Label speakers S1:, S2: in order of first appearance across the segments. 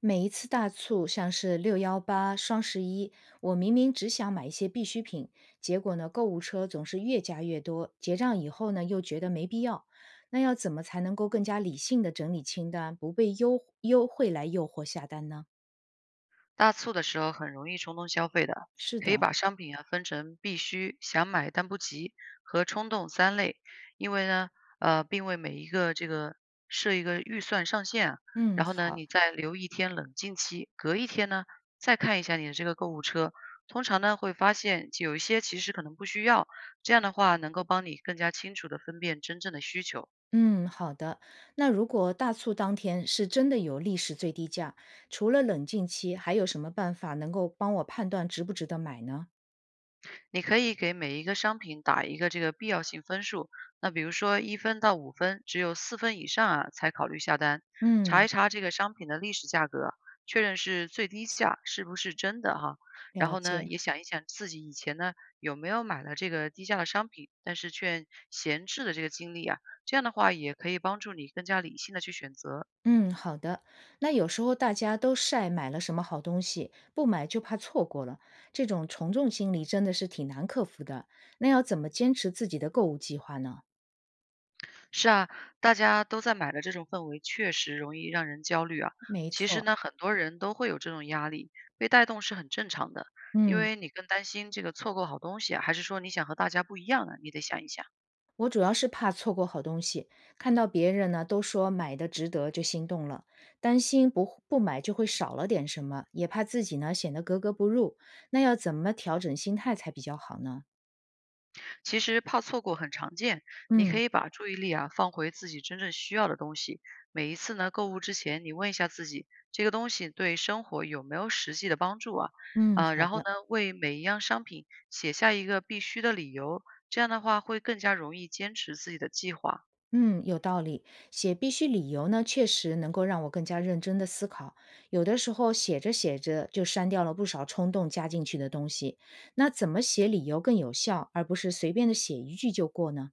S1: 每一次大促，像是618、双十一，我明明只想买一些必需品，结果呢，购物车总是越加越多，结账以后呢，又觉得没必要。那要怎么才能够更加理性的整理清单，不被优惠来诱惑下单呢？
S2: 大促的时候很容易冲动消费的，
S1: 是
S2: 可以
S1: 的。
S2: 把商品啊分成必须、想买但不急和冲动三类，因为呢，并为每一个这个设一个预算上限啊
S1: 嗯，
S2: 然后呢，
S1: 好。
S2: 你再留一天冷静期，隔一天呢再看一下你的这个购物车，通常呢会发现有一些其实可能不需要，这样的话能够帮你更加清楚的分辨真正的需求。
S1: 嗯，好的。那如果大促当天是真的有历史最低价，除了冷静期，还有什么办法能够帮我判断值不值得买呢？
S2: 你可以给每一个商品打一个这个必要性分数，那比如说1分到5分，只有4分以上啊才考虑下单。查
S1: 嗯，
S2: 一查这个商品的历史价格，确认是最低价是不是真的哈。然
S1: 了
S2: 后呢，
S1: 解。
S2: 也想一想自己以前呢有没有买了这个低价的商品，但是却闲置的这个经历啊，这样的话也可以帮助你更加理性的去选择。
S1: 嗯，好的。那有时候大家都晒买了什么好东西，不买就怕错过了，这种从众心理真的是挺难克服的。那要怎么坚持自己的购物计划呢？
S2: 是啊，大家都在买的这种氛围确实容易让人焦虑啊。
S1: 没
S2: 其实
S1: 错。
S2: 呢，很多人都会有这种压力，被带动是很正常的。因
S1: 嗯。
S2: 为你更担心这个错过好东西啊，还是说你想和大家不一样呢？你得想一想。
S1: 我主要是怕错过好东西，看到别人呢都说买的值得就心动了，担心不买就会少了点什么，也怕自己呢显得格格不入。那要怎么调整心态才比较好呢？
S2: 其实怕错过很常见，你可
S1: 嗯
S2: 以把注意力啊放回自己真正需要的东西。每一次呢购物之前，你问一下自己，这个东西对生活有没有实际的帮助啊？
S1: 嗯，
S2: 啊，
S1: 好
S2: 然后呢
S1: 的。
S2: 为每一样商品写下一个必须的理由，这样的话会更加容易坚持自己的计划。
S1: 嗯，有道理。写必须理由呢，确实能够让我更加认真的思考。有的时候写着写着就删掉了不少冲动加进去的东西。那怎么写理由更有效，而不是随便的写一句就过呢？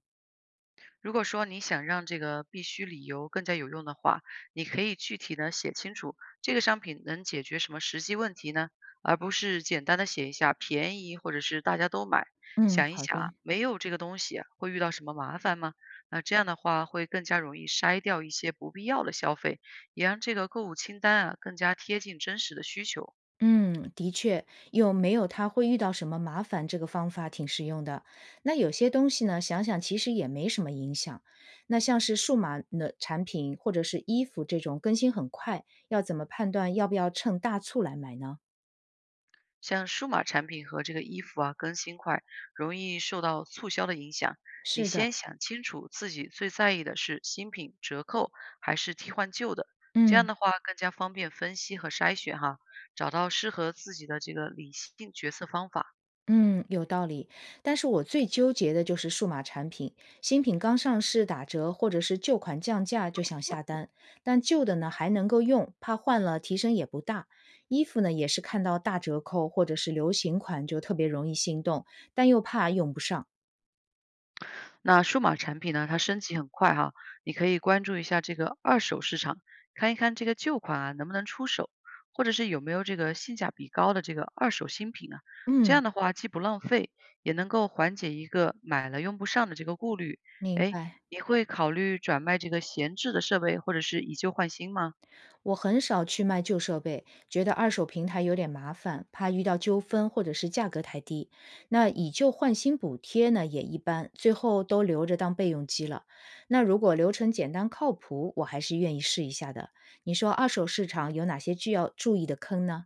S2: 如果说你想让这个必须理由更加有用的话，你可以具体的写清楚这个商品能解决什么实际问题呢，而不是简单的写一下便宜或者是大家都买。
S1: 嗯，
S2: 想一
S1: 好
S2: 想啊，
S1: 的。
S2: 没有这个东西啊会遇到什么麻烦吗？那这样的话会更加容易筛掉一些不必要的消费，也让这个购物清单啊更加贴近真实的需求。
S1: 嗯，的确，有没有他会遇到什么麻烦，这个方法挺实用的。那有些东西呢，想想其实也没什么影响。那像是数码的产品或者是衣服这种更新很快，要怎么判断要不要趁大促来买呢？
S2: 像数码产品和这个衣服啊，更新快，容易受到促销的影响。你
S1: 是的。
S2: 先想清楚自己最在意的是新品折扣还是替换旧的，这样
S1: 嗯
S2: 的话更加方便分析和筛选哈，找到适合自己的这个理性决策方法。
S1: 嗯，有道理。但是我最纠结的就是数码产品，新品刚上市打折或者是旧款降价就想下单，但旧的呢还能够用，怕换了提升也不大。衣服呢也是看到大折扣或者是流行款就特别容易心动，但又怕用不上。
S2: 那数码产品呢，它升级很快哈，你可以关注一下这个二手市场，看一看这个旧款啊能不能出手，或者是有没有这个性价比高的这个二手新品啊。这
S1: 嗯，
S2: 样的话，既不浪费，也能够缓解一个买了用不上的这个顾虑。
S1: 明
S2: 哎，
S1: 白。
S2: 你会考虑转卖这个闲置的设备，或者是以旧换新吗？
S1: 我很少去卖旧设备，觉得二手平台有点麻烦，怕遇到纠纷或者是价格太低。那以旧换新补贴呢，也一般，最后都留着当备用机了。那如果流程简单靠谱，我还是愿意试一下的。你说二手市场有哪些需要注意的坑呢？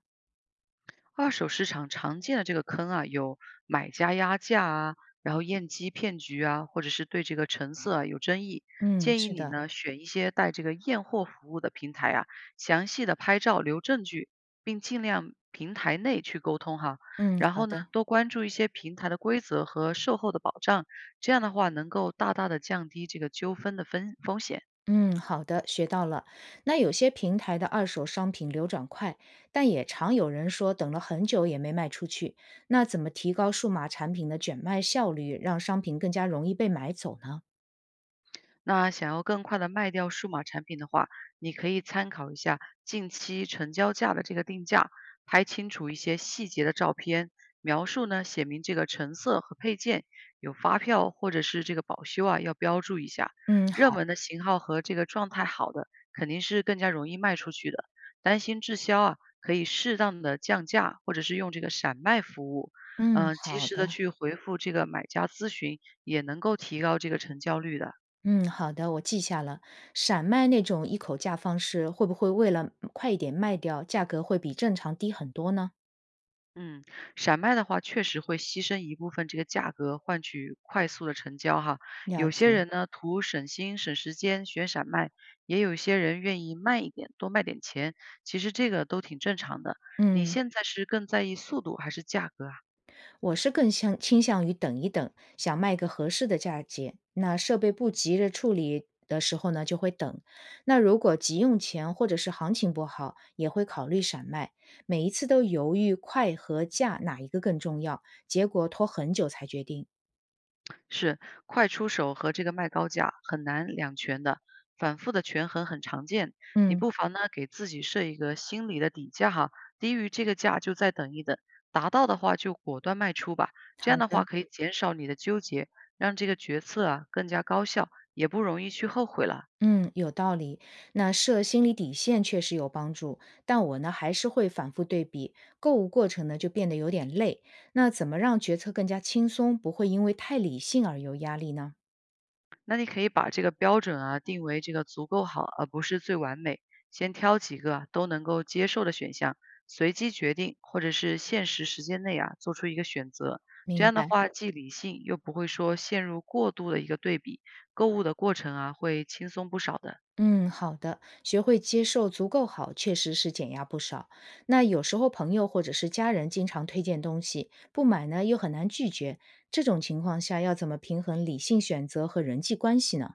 S2: 二手市场常见的这个坑啊，有买家压价啊，然后验机骗局啊，或者是对这个成色啊有争议。
S1: 嗯，
S2: 建议
S1: 是
S2: 你
S1: 的。
S2: 呢选一些带这个验货服务的平台啊，详细的拍照留证据，并尽量平台内去沟通哈。
S1: 嗯，
S2: 然
S1: 好
S2: 后呢，
S1: 的。
S2: 多关注一些平台的规则和售后的保障，这样的话能够大大的降低这个纠纷的风险。
S1: 嗯，好的，学到了。那有些平台的二手商品流转快，但也常有人说等了很久也没卖出去。那怎么提高数码产品的卷卖效率，让商品更加容易被买走呢？
S2: 那想要更快的卖掉数码产品的话，你可以参考一下近期成交价的这个定价，拍清楚一些细节的照片，描述呢写明这个成色和配件，有发票或者是这个保修啊要标注一下。
S1: 嗯，
S2: 热
S1: 好。
S2: 门的型号和这个状态好的，肯定是更加容易卖出去的。担心滞销啊，可以适当的降价，或者是用这个闪卖服务，
S1: 嗯，
S2: 及
S1: 好
S2: 时的
S1: 的。
S2: 去回复这个买家咨询，也能够提高这个成交率的。
S1: 嗯，好的，我记下了。闪卖那种一口价方式，会不会为了快一点卖掉，价格会比正常低很多呢？
S2: 嗯，闪卖的话确实会牺牲一部分这个价格，换取快速的成交哈。
S1: 了
S2: 有些
S1: 解。
S2: 人呢图省心省时间选闪卖，也有一些人愿意慢一点多卖点钱，其实这个都挺正常的。你
S1: 嗯。
S2: 现在是更在意速度还是价格啊？
S1: 我是更向倾向于等一等，想卖个合适的价钱。那设备不急着处理的时候呢，就会等。那如果急用钱或者是行情不好，也会考虑闪卖。每一次都犹豫快和价哪一个更重要，结果拖很久才决定。
S2: 是快出手和这个卖高价很难两全的，反复的权衡很常见。你
S1: 嗯，
S2: 不妨呢给自己设一个心理的底价哈，低于这个价就再等一等，达到的话就果断卖出吧。这样
S1: 好
S2: 的话
S1: 的。
S2: 可以减少你的纠结，让这个决策啊更加高效，也不容易去后悔了。
S1: 嗯，有道理。那设心理底线确实有帮助，但我呢还是会反复对比，购物过程呢就变得有点累。那怎么让决策更加轻松，不会因为太理性而有压力呢？
S2: 那你可以把这个标准啊定为这个足够好，而不是最完美。先挑几个啊都能够接受的选项，随机决定，或者是限时时间内啊做出一个选择。这
S1: 明
S2: 样的
S1: 白。
S2: 话，既理性又不会说陷入过度的一个对比，购物的过程啊会轻松不少的。
S1: 嗯，好的，学会接受足够好，确实是减压不少。那有时候朋友或者是家人经常推荐东西，不买呢又很难拒绝，这种情况下要怎么平衡理性选择和人际关系呢？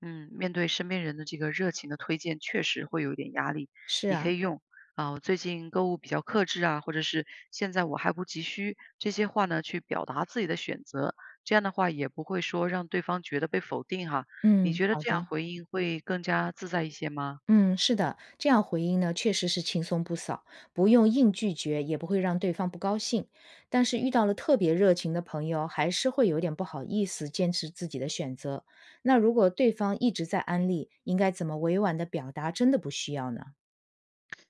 S2: 嗯，面对身边人的这个热情的推荐，确实会有一点压力。
S1: 是
S2: 你可
S1: 啊。
S2: 以用啊，我最近购物比较克制啊，或者是现在我还不急需这些话呢，去表达自己的选择。这样的话也不会说让对方觉得被否定哈。你
S1: 嗯，
S2: 觉得
S1: 好
S2: 这
S1: 的。
S2: 样回应会更加自在一些吗？
S1: 嗯，是的，这样回应呢，确实是轻松不少，不用硬拒绝，也不会让对方不高兴。但是遇到了特别热情的朋友，还是会有点不好意思坚持自己的选择。那如果对方一直在安利，应该怎么委婉的表达真的不需要呢？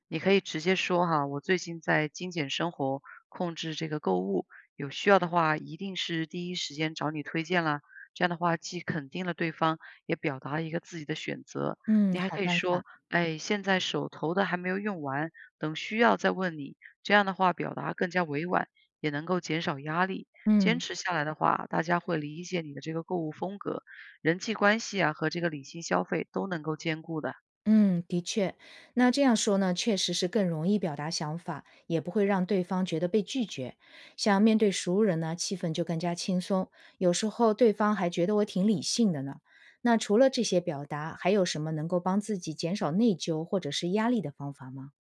S2: 你可以直接说哈，我最近在精简生活，控制这个购物，有需要的话一定是第一时间找你推荐啦。这样的话既肯定了对方，也表达了一个自己的选择。
S1: 嗯，
S2: 你还
S1: 好
S2: 可以
S1: 办
S2: 说，
S1: 法。
S2: 哎，现在手头的还没有用完，等需要再问你。这样的话表达更加委婉，也能够减少压力。坚
S1: 嗯。
S2: 持下来的话，大家会理解你的这个购物风格，人际关系啊和这个理性消费都能够兼顾的。
S1: 嗯，的确，那这样说呢，确实是更容易表达想法，也不会让对方觉得被拒绝。像面对熟人呢，气氛就更加轻松，有时候对方还觉得我挺理性的呢。那除了这些表达，还有什么能够帮自己减少内疚或者是压力的方法吗？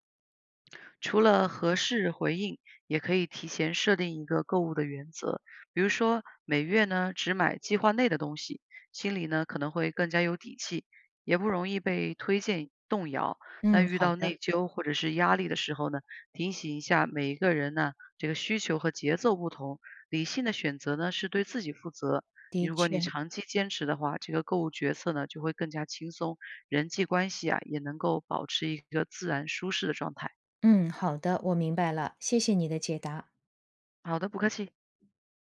S2: 除了合适回应，也可以提前设定一个购物的原则，比如说每月呢只买计划内的东西，心里呢可能会更加有底气，也不容易被推荐动摇。那
S1: 嗯，
S2: 遇
S1: 好
S2: 到
S1: 的。
S2: 内疚或者是压力的时候呢，提醒一下每一个人呢，这个需求和节奏不同，理性的选择呢是对自己负责。你
S1: 的
S2: 如果你
S1: 确。
S2: 长期坚持的话，这个购物决策呢就会更加轻松，人际关系啊也能够保持一个自然舒适的状态。
S1: 嗯，好的，我明白了，谢谢你的解答。
S2: 好的，不客气。